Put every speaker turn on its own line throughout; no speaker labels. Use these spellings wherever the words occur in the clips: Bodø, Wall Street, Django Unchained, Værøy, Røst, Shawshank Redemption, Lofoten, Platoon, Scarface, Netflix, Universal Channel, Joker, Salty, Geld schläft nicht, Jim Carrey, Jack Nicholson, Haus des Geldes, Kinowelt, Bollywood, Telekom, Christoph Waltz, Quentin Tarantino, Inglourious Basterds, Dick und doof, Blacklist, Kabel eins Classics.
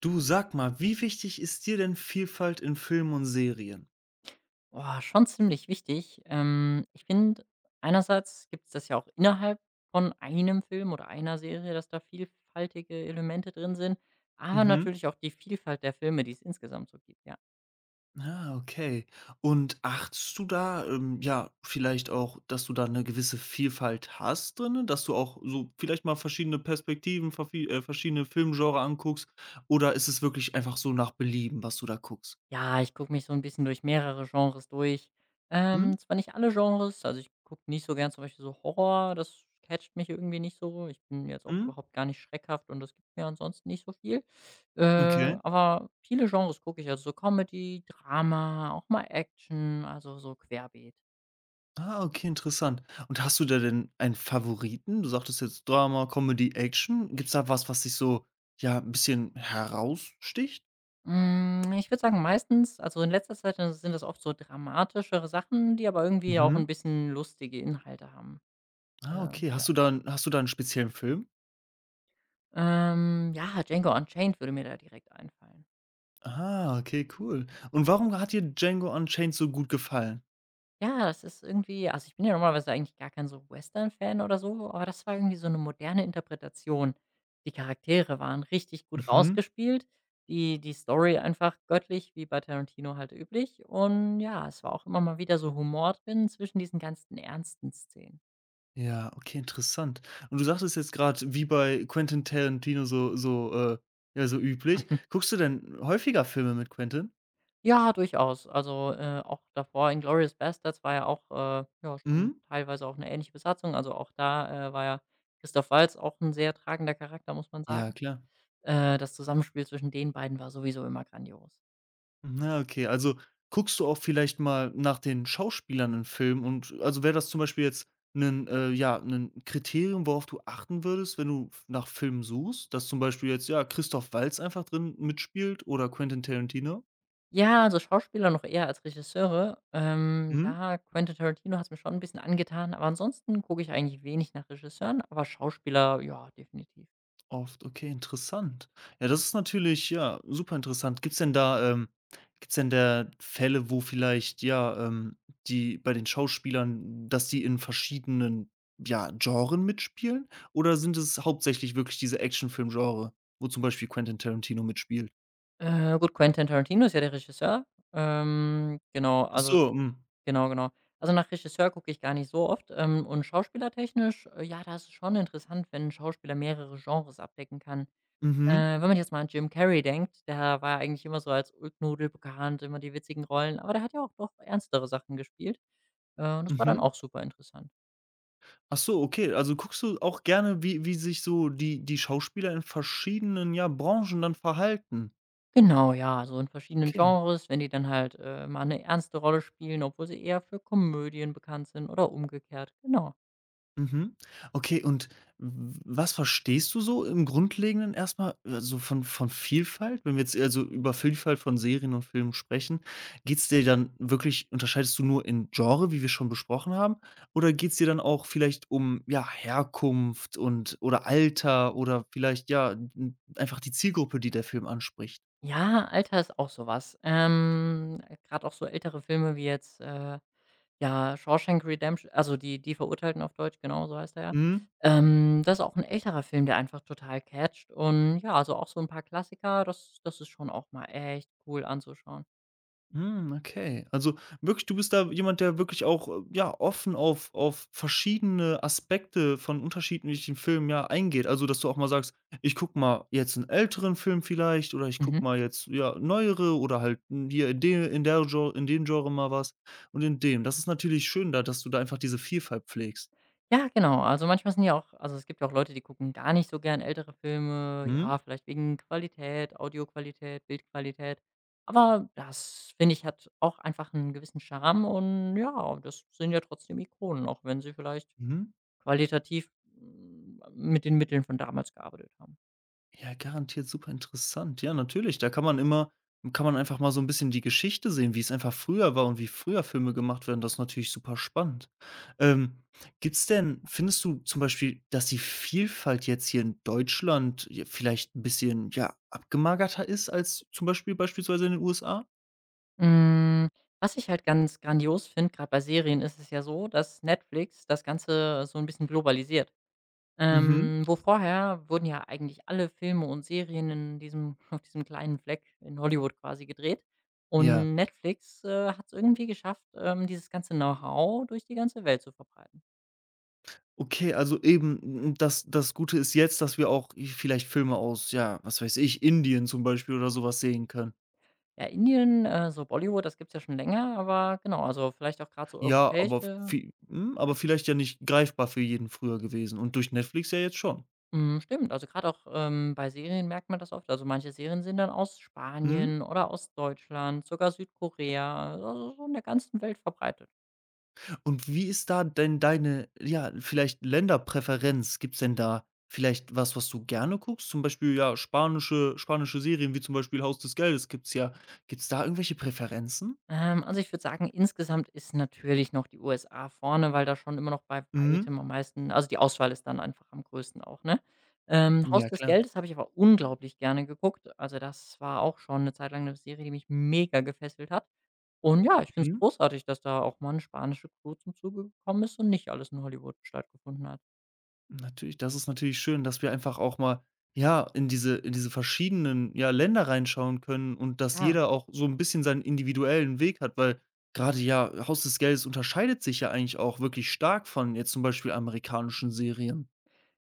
Du sag mal, wie wichtig ist dir denn Vielfalt in Filmen und Serien?
Oh, schon ziemlich wichtig. Ich finde, einerseits gibt es das ja auch innerhalb von einem Film oder einer Serie, dass da vielfältige Elemente drin sind, aber
Mhm.
natürlich auch die Vielfalt der Filme, die es insgesamt so gibt, ja.
Ah, okay. Und achtest du da, ja, vielleicht auch, dass du da eine gewisse Vielfalt hast drinnen, dass du auch so vielleicht mal verschiedene Perspektiven, vervi verschiedene Filmgenre anguckst oder ist es wirklich einfach so nach Belieben, was du da guckst?
Ja, ich gucke mich so ein bisschen durch mehrere Genres durch.
Mhm,
Zwar nicht alle Genres, also, ich gucke nicht so gern zum Beispiel so Horror, das catcht mich irgendwie nicht so. Ich bin jetzt auch
mhm,
überhaupt gar nicht schreckhaft und das gibt mir ansonsten nicht so viel.
okay.
Aber viele Genres gucke ich, also, so Comedy, Drama, auch mal Action, also, so querbeet.
Ah, okay, interessant. Und hast du da denn einen Favoriten? Du sagtest jetzt Drama, Comedy, Action. Gibt's da was, was dich so, ja, ein bisschen heraussticht?
Ich würde sagen, meistens also, in letzter Zeit, sind das oft so dramatischere Sachen, die aber irgendwie auch ein
Mhm.
bisschen lustige Inhalte haben.
Ah,
Äh
okay. Hast du da 'n hast du da 'n speziellen Film?
Ja, Django Unchained würde mir da direkt einfallen.
Ah, okay, cool. Und warum hat dir Django Unchained so gut gefallen?
Ja, das ist irgendwie also, ich bin ja normalerweise eigentlich gar kein so Western-Fan oder so, aber das war irgendwie so eine moderne Interpretation. Die Charaktere waren richtig gut
Mhm.
rausgespielt, die Story einfach göttlich, wie bei Tarantino halt üblich. Und ja, es war auch immer mal wieder so Humor drin zwischen diesen ganzen ernsten Szenen.
Ja, okay, interessant. Und du sagtest jetzt grad, wie bei Quentin Tarantino so ja, so üblich. Guckst du denn häufiger Filme mit Quentin?
Ja, durchaus. Also, auch davor in Inglourious Basterds war ja auch, ja, schon
Mhm.
teilweise auch eine ähnliche Besatzung. Also, auch da, war ja Christoph Waltz auch ein sehr tragender Charakter, muss man
Ja,
sagen.
klar.
Das Zusammenspiel zwischen den beiden war sowieso immer grandios.
Na, okay. Also guckst du auch vielleicht mal nach den Schauspielern in Filmen und also wäre das zum Beispiel jetzt ein ja, ein Kriterium, worauf du achten würdest, wenn du f nach Filmen suchst, dass zum Beispiel jetzt, ja, Christoph Waltz einfach drin mitspielt oder Quentin Tarantino?
Ja, also, Schauspieler noch eher als Regisseure.
Mhm.
Ja, Quentin Tarantino hat es mir schon ein bisschen angetan, aber ansonsten gucke ich eigentlich wenig nach Regisseuren, aber Schauspieler, ja, definitiv.
Oft, okay, interessant. Ja, das ist natürlich, ja, super interessant. Gibt's denn da Fälle, wo vielleicht, ja, die bei den Schauspielern, dass die in verschiedenen, ja, Genren mitspielen? Oder sind es hauptsächlich wirklich diese Actionfilm-Genre, wo zum Beispiel Quentin Tarantino mitspielt?
Gut, Quentin Tarantino ist ja der Regisseur. Genau,
Ach
also.
so, mhm.
Genau, genau. Also, nach Regisseur gucke ich gar nicht so oft, und schauspielertechnisch, ja, da ist es schon interessant, wenn ein Schauspieler mehrere Genres abdecken kann.
Mhm.
Äh, Wenn man jetzt mal an Jim Carrey denkt, der war ja eigentlich immer so als Ulknudel bekannt, immer die witzigen Rollen, aber der hat ja auch doch ernstere Sachen gespielt. Und das war dann
Mhm.
auch super interessant.
Ach so, okay. Also, guckst du auch gerne, wie sich so die Schauspieler in verschiedenen, ja, Branchen dann verhalten?
Genau, ja, also, in verschiedenen
Okay.
Genres, wenn die dann halt, mal eine ernste Rolle spielen, obwohl sie eher für Komödien bekannt sind oder umgekehrt, genau.
Mhm. Okay, und w was verstehst du so im Grundlegenden erstmal mal, also, von Vielfalt? Wenn wir jetzt, also, über Vielfalt von Serien und Filmen sprechen, geht's dir dann wirklich, unterscheidest du nur in Genre, wie wir schon besprochen haben, oder geht's dir dann auch vielleicht um, ja, Herkunft und oder Alter oder vielleicht, ja, n einfach die Zielgruppe, die der Film anspricht?
Ja, Alter ist auch sowas. Was. Grad auch so ältere Filme wie jetzt, ja, „Shawshank Redemption" also, die die Verurteilten auf Deutsch, genau, so heißt er ja.
Mhm.
Das ist auch ein älterer Film, der einfach total catcht und ja, also, auch so ein paar Klassiker, das ist schon auch mal echt cool anzuschauen.
Hm, okay. Also wirklich, du bist da jemand, der wirklich auch, ja, offen auf verschiedene Aspekte von unterschiedlichen Filmen, ja, eingeht. Also, dass du auch mal sagst: „Ich guck mal jetzt einen älteren Film vielleicht oder ich guck
Mhm.
mal jetzt, ja, neuere oder halt hier in dem, in der Gen in dem Genre mal was und in dem.“ Das ist natürlich schön da, dass du da einfach diese Vielfalt pflegst.
Ja, genau. Also, manchmal sind ja auch, also, es gibt ja auch Leute, die gucken gar nicht so gern ältere Filme,
Mhm.
ja, vielleicht wegen Qualität, Audioqualität, Bildqualität. Aber das, finde ich, hat auch einfach einen gewissen Charme und ja, das sind ja trotzdem Ikonen, auch wenn sie vielleicht
Mhm.
qualitativ, mit den Mitteln von damals gearbeitet haben.
Ja, garantiert super interessant. Ja, natürlich, da kann man immer kann man einfach mal so ein bisschen die Geschichte sehen, wie es einfach früher war und wie früher Filme gemacht werden. Das ist natürlich super spannend. Ähm, gibt's denn, findest du zum Beispiel, dass die Vielfalt jetzt hier in Deutschland j vielleicht ein bisschen, ja, abgemagerter ist als zum Beispiel beispielsweise in den USA?
Hm, Was ich halt ganz grandios finde, gerade bei Serien ist es ja so, dass Netflix das Ganze so ein bisschen globalisiert.
Mhm.
Wo vorher wurden ja eigentlich alle Filme und Serien in diesem auf diesem kleinen Fleck in Hollywood quasi gedreht.
Ja.
Und Netflix, hat es irgendwie geschafft, dieses ganze Know-how durch die ganze Welt zu verbreiten.
Okay, also eben, n das Gute ist jetzt, dass wir auch vielleicht Filme aus, ja, was weiß ich, Indien zum Beispiel oder sowas sehen können.
Ja, Indien, so Bollywood, das gibt's ja schon länger, aber genau, also vielleicht auch gerade so
Ja, aber
europäische.
aber vielleicht ja nicht greifbar für jeden früher gewesen und durch Netflix ja jetzt schon.
Mhm, stimmt. Also gerade auch, bei Serien merkt man das oft. Also manche Serien sind dann aus
Mhm.
Spanien oder aus Deutschland, sogar Südkorea, also so in der ganzen Welt verbreitet.
Und wie ist da denn deine, ja, vielleicht Länderpräferenz? Gibt's denn da vielleicht was, was du gerne guckst? Zum Beispiel, ja, spanische Serien wie zum Beispiel „Haus des Geldes“ gibt's ja. Gibt's da irgendwelche Präferenzen?
Also ich würde sagen, insgesamt ist natürlich noch die USA vorne, weil da schon immer noch bei
Mhm.
weitem am meisten, also die Auswahl ist dann einfach am größten auch, ne? Haus
Ja,
des
klar.
Geldes habe ich aber unglaublich gerne geguckt. Also, das war auch schon eine Zeit lang eine Serie, die mich mega gefesselt hat. Und ja, ich finde es
Mhm.
großartig, dass da auch mal eine spanische Crew zum Zuge gekommen ist und nicht alles in Hollywood stattgefunden hat.
Natürlich, das ist natürlich schön, dass wir einfach auch mal, ja, in diese verschiedenen, ja, Länder reinschauen können und dass
Ja.
jeder auch so ein bisschen seinen individuellen Weg hat, weil gerade, ja, Haus des Geldes unterscheidet sich ja eigentlich auch wirklich stark von jetzt zum Beispiel amerikanischen Serien.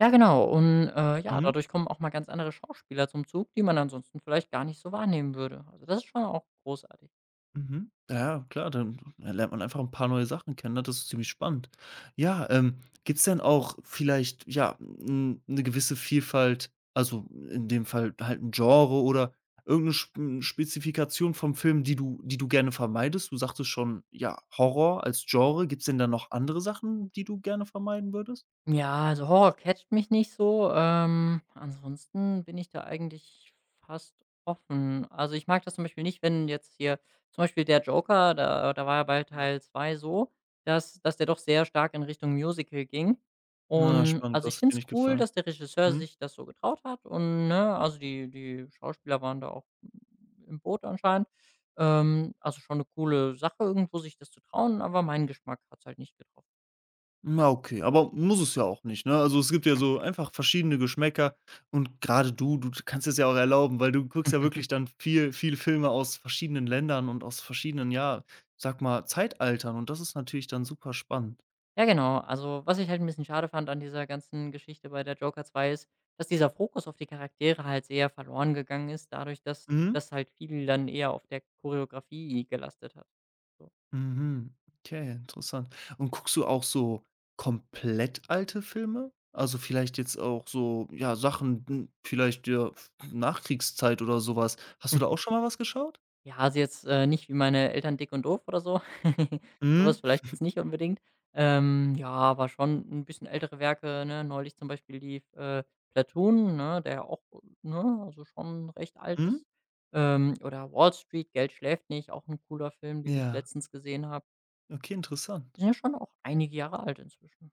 Ja, genau. Und, ja,
Mhm.
dadurch kommen auch mal ganz andere Schauspieler zum Zug, die man ansonsten vielleicht gar nicht so wahrnehmen würde. Also, das ist schon auch großartig.
Mhm. Ja, klar, dann lernt man einfach ein paar neue Sachen kennen, ne? Das ist ziemlich spannend. Ja, gibt's denn auch vielleicht, ja, eine gewisse Vielfalt, also, in dem Fall halt ein Genre oder irgendeine Spezifikation vom Film, die du, gerne vermeidest? Du sagtest schon, ja, Horror als Genre. Gibt's denn da noch andere Sachen, die du gerne vermeiden würdest?
Ja, also Horror catcht mich nicht so. Ansonsten bin ich da eigentlich fast offen. Also ich mag das zum Beispiel nicht, wenn jetzt hier zum Beispiel der Joker, da war ja bei
Ja.
Teil 2 so, dass der doch sehr stark in Richtung Musical ging.
Na,
Und
spannend,
also ich
das
finde
hat dir
es
nicht
cool,
gefallen.
dass der Regisseur
Mhm.
sich das so getraut hat. Und ne, also die Schauspieler waren da auch im Boot anscheinend. Also schon eine coole Sache, irgendwo sich das zu trauen, aber mein Geschmack hat es halt nicht getroffen.
Na okay, aber muss es ja auch nicht, ne? Also, es gibt ja so einfach verschiedene Geschmäcker und gerade du, du kannst es ja auch erlauben, weil du guckst ja wirklich dann viel Filme aus verschiedenen Ländern und aus verschiedenen, ja, sag mal, Zeitaltern, und das ist natürlich dann super spannend.
Ja, genau. Also, was ich halt ein bisschen schade fand an dieser ganzen Geschichte bei der Joker 2 ist, dass dieser Fokus auf die Charaktere halt sehr verloren gegangen ist, dadurch, dass
Mhm.
das halt viel dann eher auf der Choreografie gelastet hat. So.
Mhm. Okay, interessant. Und guckst du auch so komplett alte Filme? Also, vielleicht jetzt auch so, ja, Sachen, hm, vielleicht, ja, Nachkriegszeit oder sowas? Hast du da auch schon mal was geschaut?
Ja, also jetzt, nicht wie meine Eltern „Dick und doof" oder so. Sowas
Mhm.
vielleicht jetzt nicht unbedingt. Ja, aber schon ein bisschen ältere Werke, ne? Neulich zum Beispiel lief, „Platoon", ne, der ja auch, ne, also schon recht alt
Mhm.
ist. Oder „Wall Street", „Geld schläft nicht", auch ein cooler Film, den ich
Ja.
letztens gesehen habe.
Okay, interessant.
Die sind ja schon auch einige Jahre alt inzwischen.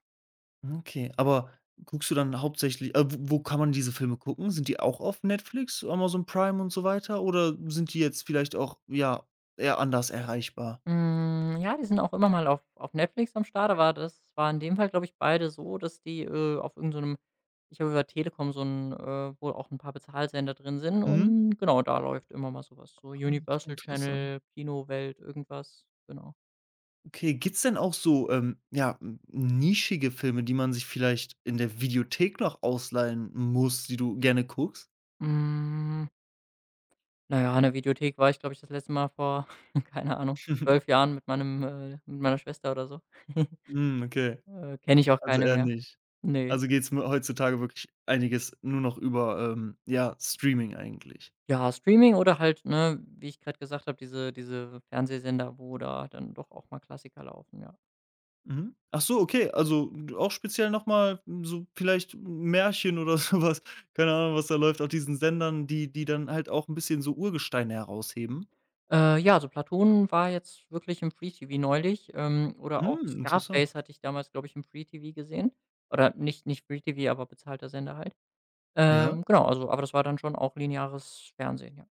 Okay, aber guckst du dann hauptsächlich wo kann man diese Filme gucken? Sind die auch auf Netflix, Amazon Prime und so weiter oder sind die jetzt vielleicht auch, ja, eher anders erreichbar?
Ja, die sind auch immer mal auf Netflix am Start, aber das war in dem Fall, glaube ich, beide so, dass die, auf irgendeinem, ich habe über Telekom so ein, wo auch ein paar Bezahlsender drin sind
Mhm.
und genau, da läuft immer mal so was, so
Okay,
Universal
interessant.
Channel, Kinowelt, irgendwas, genau.
Okay, gibt's denn auch so, ja, n nischige Filme, die man sich vielleicht in der Videothek noch ausleihen muss, die du gerne guckst?
Hm, na ja, in der Videothek war ich, glaube ich, das letzte Mal vor, keine Ahnung, 12 Jahren mit meinem, mit meiner Schwester oder so.
Hm, okay,
Kenne ich auch
also
keine
eher
mehr.
nicht.
Ne.
Also geht's mir heutzutage wirklich einiges nur noch über, ja, Streaming eigentlich?
Ja, Streaming oder halt, ne, wie ich gerade gesagt habe, diese Fernsehsender, wo da dann doch auch mal Klassiker laufen, ja.
Mhm. Ach so, okay, also, auch speziell noch mal so vielleicht Märchen oder sowas. Keine Ahnung, was da läuft auf diesen Sendern, die dann halt auch ein bisschen so Urgesteine herausheben.
Ja, also Platoon war jetzt wirklich im Free TV neulich, oder auch
Hm, interessant.
Scarface hatte ich damals, glaube ich, im Free TV gesehen. Oder nicht Free TV, aber bezahlter Sender halt.
Ja.
Genau, also aber das war dann schon auch lineares Fernsehen, ja.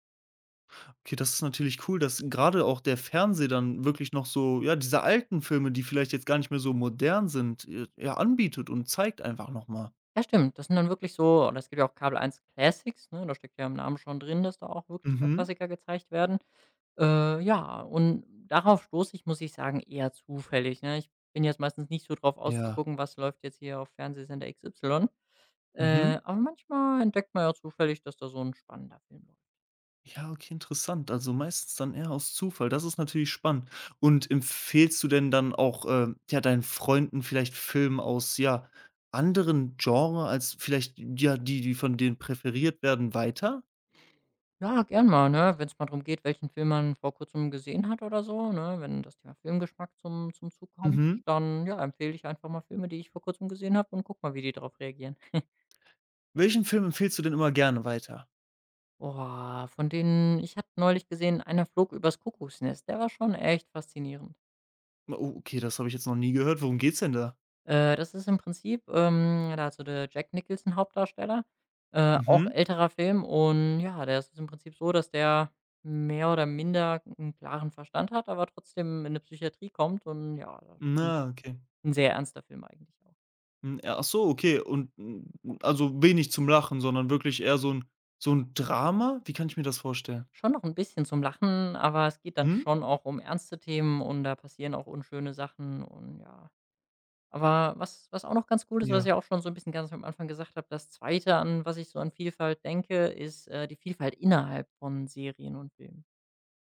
Okay, das ist natürlich cool, dass gerade auch der Fernseher dann wirklich noch so, ja, diese alten Filme, die vielleicht jetzt gar nicht mehr so modern sind, ja, anbietet und zeigt einfach noch mal.
Ja, stimmt, das sind dann wirklich so, oder es gibt ja auch Kabel eins Classics, ne? Da steckt ja im Namen schon drin, dass da auch wirklich mal
Mhm.
Klassiker gezeigt werden. Ja, und darauf stoße ich, muss ich sagen, eher zufällig, ne? Ich bin jetzt meistens nicht so drauf aus,
Ja.
was läuft jetzt hier auf Fernsehsender XY.
Mhm.
Aber manchmal entdeckt man ja zufällig, dass da so ein spannender Film läuft.
Ja, okay, interessant. Also, meistens dann eher aus Zufall. Das ist natürlich spannend. Und empfehlst du denn dann auch, ja, deinen Freunden vielleicht Filme aus, ja, anderen Genres als vielleicht, ja, die, von denen präferiert werden, weiter?
Ja, gern mal, ne, wenn es mal drum geht, welchen Film man vor Kurzem gesehen hat oder so, ne? Wenn das Thema Filmgeschmack zum Zug kommt,
Mhm.
dann, ja, empfehle ich einfach mal Filme, die ich vor Kurzem gesehen habe und guck mal, wie die darauf reagieren.
Welchen Film empfiehlst du denn immer gerne weiter?
Boah, von denen ich habe neulich gesehen, einer flog übers Kuckucksnest. Der war schon echt faszinierend.
Oh, okay, das habe ich jetzt noch nie gehört. Worum geht's denn da?
Das ist im Prinzip, ja, da hat so der Jack Nicholson Hauptdarsteller, auch
Mhm.
älterer Film, und ja, der ist im Prinzip so, dass der mehr oder minder einen klaren Verstand hat, aber trotzdem in 'ne Psychiatrie kommt und ja, das ist schon
Na, okay.
'n sehr ernster Film eigentlich auch.
Hm, ja, ach so, okay. Und, hm, also, wenig zum Lachen, sondern wirklich eher so ein Drama? Wie kann ich mir das vorstellen?
Schon noch ein bisschen zum Lachen, aber es geht dann
Mhm?
schon auch um ernste Themen und da passieren auch unschöne Sachen und ja. Aber was auch noch ganz cool ist, was ich
Ja.
auch schon so ein bisschen ganz am Anfang gesagt habe, das Zweite, an was ich so an Vielfalt denke, ist, die Vielfalt innerhalb von Serien und Filmen.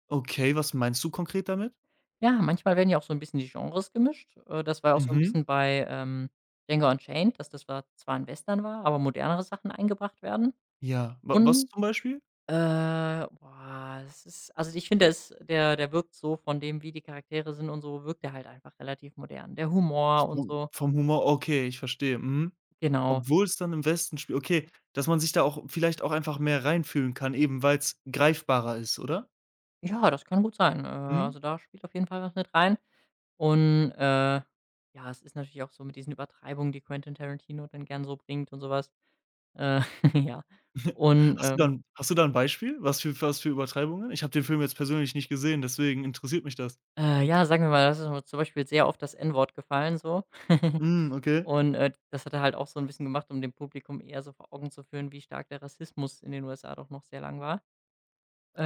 Okay, was meinst du konkret damit?
Ja, manchmal werden ja auch so ein bisschen die Genres gemischt. Das war auch so ein
Mhm.
bisschen bei, Django Unchained, dass das war zwar ein Western war, aber modernere Sachen eingebracht werden.
Ja. Wa was
Und,
zum Beispiel?
boah, es ist also, ich finde, es der wirkt so von dem, wie die Charaktere sind und so, wirkt der halt einfach relativ modern. Der Humor und
Vom
so,
Humor, okay, ich verstehe, mhm.
genau.
Obwohl's dann im Westen spielt. Okay, dass man sich da auch vielleicht auch einfach mehr reinfühlen kann, eben weil's greifbarer ist, oder?
Ja, das kann gut sein.
Mhm.
Also, da spielt auf jeden Fall was mit rein. Und, ja, es ist natürlich auch so mit diesen Übertreibungen, die Quentin Tarantino dann gern so bringt und sowas. Äh, ja. Und,
Hast du da 'n hast du da 'n Beispiel? Was für Übertreibungen? Ich habe den Film jetzt persönlich nicht gesehen, deswegen interessiert mich das.
ja, sagen wir mal, das ist mir zum Beispiel sehr oft das N-Wort gefallen so.
Mhm, okay.
Und, das hat er halt auch so ein bisschen gemacht, um dem Publikum eher so vor Augen zu führen, wie stark der Rassismus in den USA doch noch sehr lang war.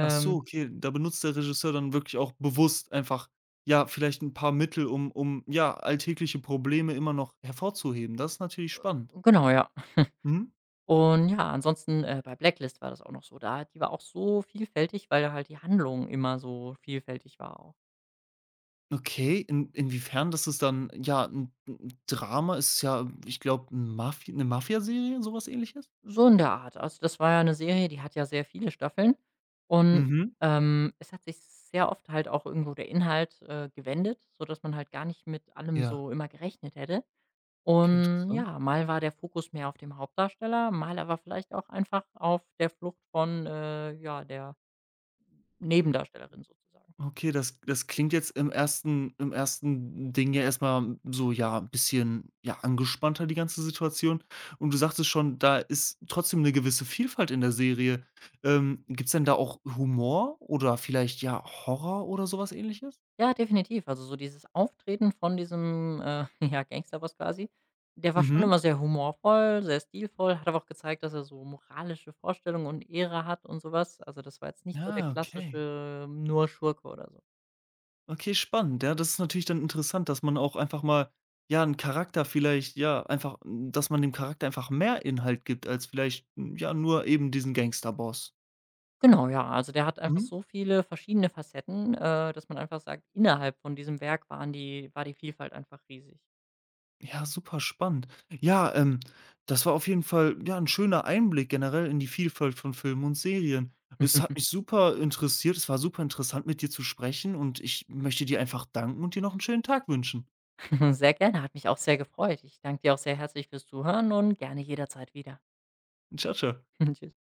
Ach so, okay, da benutzt der Regisseur dann wirklich auch bewusst einfach, ja, vielleicht ein paar Mittel, um ja, alltägliche Probleme immer noch hervorzuheben. Das ist natürlich spannend.
genau, ja.
Mhm.
Und ja, ansonsten, bei Blacklist war das auch noch so. Da die war auch so vielfältig, weil halt die Handlung immer so vielfältig war auch.
Okay, in inwiefern, das ist dann, ja, 'n Drama, ist ja, ich glaube, 'n Mafi 'ne Mafiaserie, so was Ähnliches?
So in der Art. Also, das war ja eine Serie, die hat ja sehr viele Staffeln und,
Mhm.
es hat sich sehr oft halt auch irgendwo der Inhalt, gewendet, sodass man halt gar nicht mit allem
Ja,
so immer gerechnet hätte.
okay,
Und
interessant.
ja, mal war der Fokus mehr auf dem Hauptdarsteller, mal aber vielleicht auch einfach auf der Flucht von, ja, der Nebendarstellerin sozusagen.
Okay, das klingt jetzt im ersten Ding ja erstmal so, ja, 'n bisschen, ja, angespannter, die ganze Situation. Und du sagtest schon, da ist trotzdem eine gewisse Vielfalt in der Serie. Gibt's denn da auch Humor oder vielleicht, ja, Horror oder sowas Ähnliches?
Ja, definitiv. Also, so dieses Auftreten von diesem, ja, Gangsterboss quasi, der war schon
Mhm.
immer sehr humorvoll, sehr stilvoll, hat aber auch gezeigt, dass er so moralische Vorstellungen und Ehre hat und sowas. Also, das war jetzt nicht so der
Ja okay.
klassische, nur Schurke oder so.
Okay, spannend. Ja, das ist natürlich dann interessant, dass man auch einfach mal, ja, einen Charakter vielleicht, ja, einfach, dass man dem Charakter einfach mehr Inhalt gibt als vielleicht, ja, nur eben diesen Gangsterboss.
Genau, ja, also, der hat einfach
Mhm.
so viele verschiedene Facetten, dass man einfach sagt, innerhalb von diesem Werk war die Vielfalt einfach riesig.
Ja, super spannend. Ja, das war auf jeden Fall, ja, ein schöner Einblick generell in die Vielfalt von Filmen und Serien. Es hat mich super interessiert. Es war super interessant, mit dir zu sprechen und ich möchte dir einfach danken und dir noch einen schönen Tag wünschen.
Sehr gerne, hat mich auch sehr gefreut. Ich danke dir auch sehr herzlich fürs Zuhören und gerne jederzeit wieder.
Ciao ciao.
Tschüss.